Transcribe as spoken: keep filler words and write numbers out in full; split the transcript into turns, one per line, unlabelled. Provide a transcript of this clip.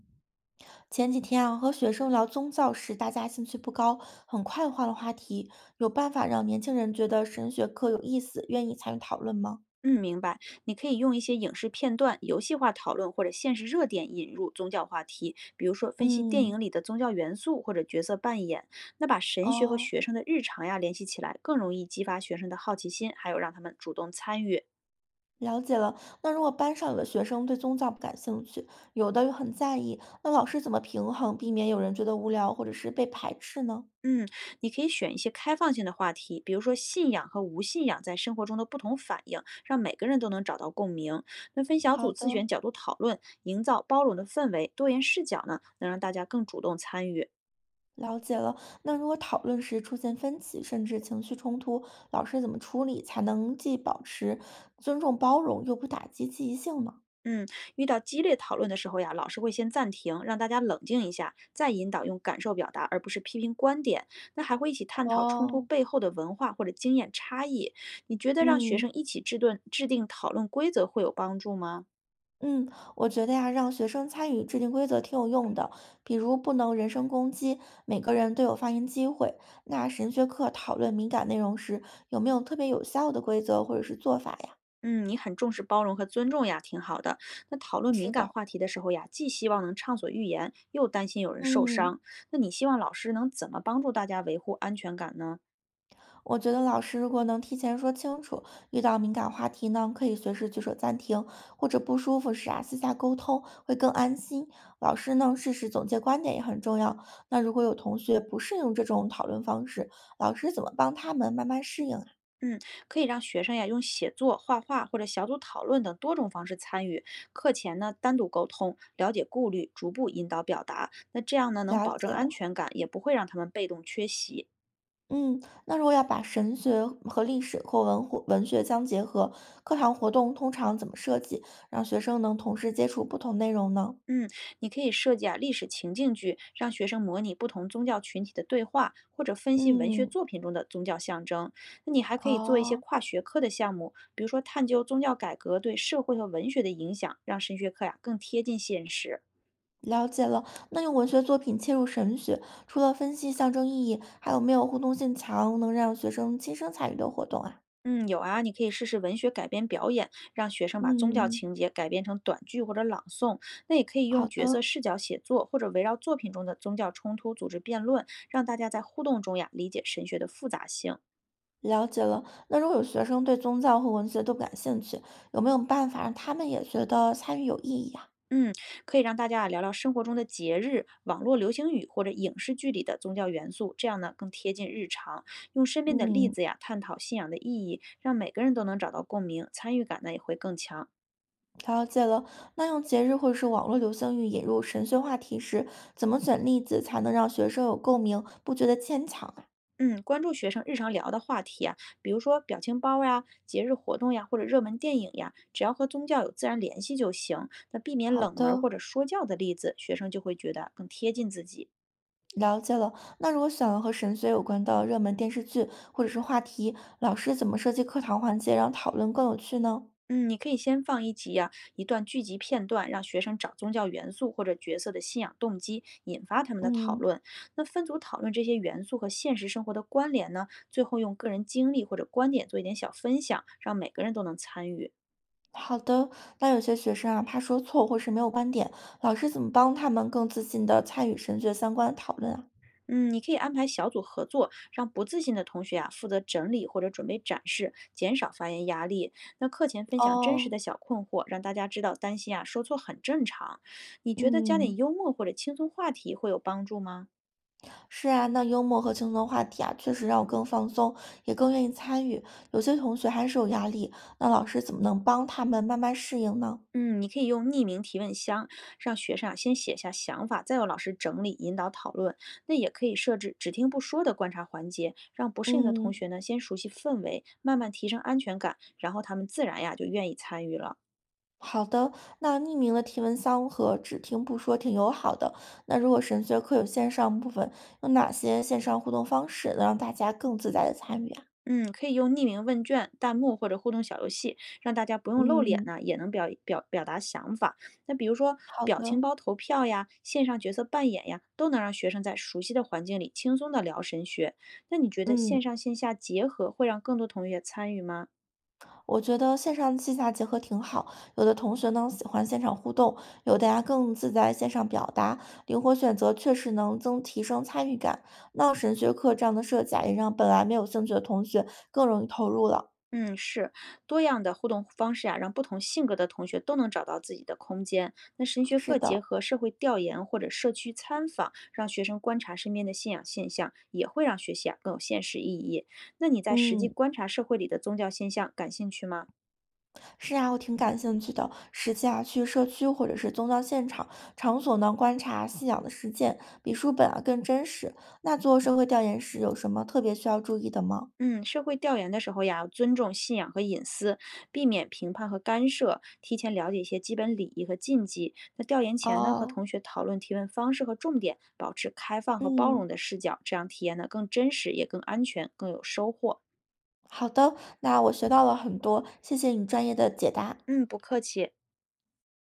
前几天啊，和学生聊宗教时，大家兴趣不高，很快换了话题。有办法让年轻人觉得神学课有意思，愿意参与讨论吗？
嗯，明白。你可以用一些影视片段、游戏化讨论或者现实热点引入宗教话题，比如说分析电
嗯，
影里的宗教元素或者角色扮演，那把神学和
哦，
学生的日常呀联系起来，更容易激发学生的好奇心，还有让他们主动参与。
了解了。那如果班上有的学生对宗教不感兴趣，有的又很在意，那老师怎么平衡，避免有人觉得无聊或者是被排斥呢？
嗯，你可以选一些开放性的话题，比如说信仰和无信仰在生活中的不同反应，让每个人都能找到共鸣。那分小
好
组自
的，
选角度讨论，营造包容的氛围，多元视角呢，能让大家更主动参与。
了解了。那如果讨论时出现分歧，甚至情绪冲突，老师怎么处理才能既保持尊重包容，又不打击积极性呢？
嗯，遇到激烈讨论的时候呀，老师会先暂停，让大家冷静一下，再引导用感受表达，而不是批评观点。那还会一起探讨冲突
哦，
背后的文化或者经验差异。你觉得让学
嗯
生一起制定制定讨论规则会有帮助吗？
嗯，我觉得呀，让学生参与制定规则挺有用的，比如不能人身攻击，每个人都有发言机会。那神学课讨论敏感内容时，有没有特别有效的规则或者是做法呀？
嗯，你很重视包容和尊重呀，挺好的。那讨论敏
是
感
的，
话题的时候呀，既希望能畅所欲言，又担心有人受
嗯。
伤。那你希望老师能怎么帮助大家维护安全感呢？
我觉得老师如果能提前说清楚，遇到敏感话题呢，可以随时举手暂停，或者不舒服时啊，私下沟通会更安心。老师呢，适时总结观点也很重要。那如果有同学不适应这种讨论方式，老师怎么帮他们慢慢适应啊？
嗯，可以让学生呀用写作、画画或者小组讨论等多种方式参与。课前呢单独沟通，了解顾虑，逐步引导表达。那这样呢能
了
保证
解
安
了，
全感，也不会让他们被动缺席。
嗯，那如果要把神学和历史或文或文学相结合，课堂活动通常怎么设计，让学生能同时接触不同内容呢？
嗯，你可以设计啊历史情境剧，让学生模拟不同宗教群体的对话，或者分析文学
嗯，
作品中的宗教象征。那你还可以做一些
哦，
跨学科的项目，比如说探究宗教改革对社会和文学的影响，让神学课呀更贴近现实。
了解了，那用文学作品切入神学，除了分析象征意义，还有没有互动性强，能让学生亲身参与的活动啊？
嗯，有啊，你可以试试文学改编表演，让学生把宗教
嗯，
情节改编成短剧或者朗诵。那也可以用
好
角
的，
色视角写作，或者围绕作品中的宗教冲突组织辩论，让大家在互动中呀理解神学的复杂性。
了解了。那如果有学生对宗教和文学都不感兴趣，有没有办法让他们也觉得参与有意义啊？
嗯，可以让大家啊聊聊生活中的节日、网络流行语或者影视剧里的宗教元素，这样呢更贴近日常。用身边的例
嗯，
子呀探讨信仰的意义，让每个人都能找到共鸣，参与感呢也会更强。
了解了。那用节日或者是网络流行语引入神学话题时，怎么选例子才能让学生有共鸣，不觉得牵强啊？
嗯，关注学生日常聊的话题啊，比如说表情包呀、节日活动呀，或者热门电影呀，只要和宗教有自然联系就行。那避免
好
冷门儿
的。
或者说教的例子，学生就会觉得更贴近自己。
了解了。那如果选了和神学有关的热门电视剧或者是话题，老师怎么设计课堂环节，让讨论更有趣呢？
嗯，你可以先放一集呀、一段剧集片段，让学生找宗教元素或者角色的信仰动机，引发他们的讨
嗯，
论。那分组讨论这些元素和现实生活的关联呢，最后用个人经历或者观点做一点小分享，让每个人都能参与。
好的。那有些学生啊，怕说错或是没有观点，老师怎么帮他们更自信地参与神学相关的讨论啊？
嗯，你可以安排小组合作，让不自信的同学啊负责整理或者准备展示，减少发言压力。那课前分享真实
哦，
的小困惑，让大家知道担心啊说错很正常。你觉得加点
嗯，
幽默或者轻松话题会有帮助吗？
是啊，那幽默和轻松的话题啊，确实让我更放松，也更愿意参与。有些同学还是有压力，那老师怎么能帮他们慢慢适应呢？
嗯，你可以用匿名提问箱，让学生啊先写下想法，再由老师整理引导讨论。那也可以设置只听不说的观察环节，让不适应的同
嗯。
学呢先熟悉氛围，慢慢提升安全感，然后他们自然呀就愿意参与了。
好的，那匿名的提问箱和只听不说挺友好的。那如果神学课有线上部分，有哪些线上互动方式能让大家更自在的参与啊？
嗯，可以用匿名问卷、弹幕或者互动小游戏，让大家不用露脸
嗯，
呢，也能表表表达想法。那比如说
好
表情
的。
包投票呀、线上角色扮演呀，都能让学生在熟悉的环境里轻松的聊神学。那你觉得
嗯，
线上线下结合会让更多同学参与吗？
我觉得线上线下结合挺好。有的同学呢喜欢现场互动，有的呀更自在线上表达，灵活选择确实能增提升参与感。那神学课这样的设计啊，也让本来没有兴趣的同学更容易投入了。
嗯，是多样的互动方式啊，让不同性格的同学都能找到自己的空间。那神学
是
课结
的，
合社会调研或者社区参访，让学生观察身边的信仰现象，也会让学习啊更有现实意义。那你在实际
嗯。
观察社会里的宗教现象感兴趣吗？
是啊，我挺感兴趣的。实际啊，去社区或者是宗教现场场所呢，观察信仰的实践，比书本啊更真实。那做社会调研时有什么特别需要注意的吗？
嗯，社会调研的时候呀，要尊重信仰和隐私，避免评判和干涉，提前了解一些基本礼仪和禁忌。那调研前呢，和
哦，
同学讨论提问方式和重点，保持开放和包容
嗯，
的视角，这样体验呢更真实，也更安全，更有收获。
好的，那我学到了很多，谢谢你专业的解答。
嗯，不客气。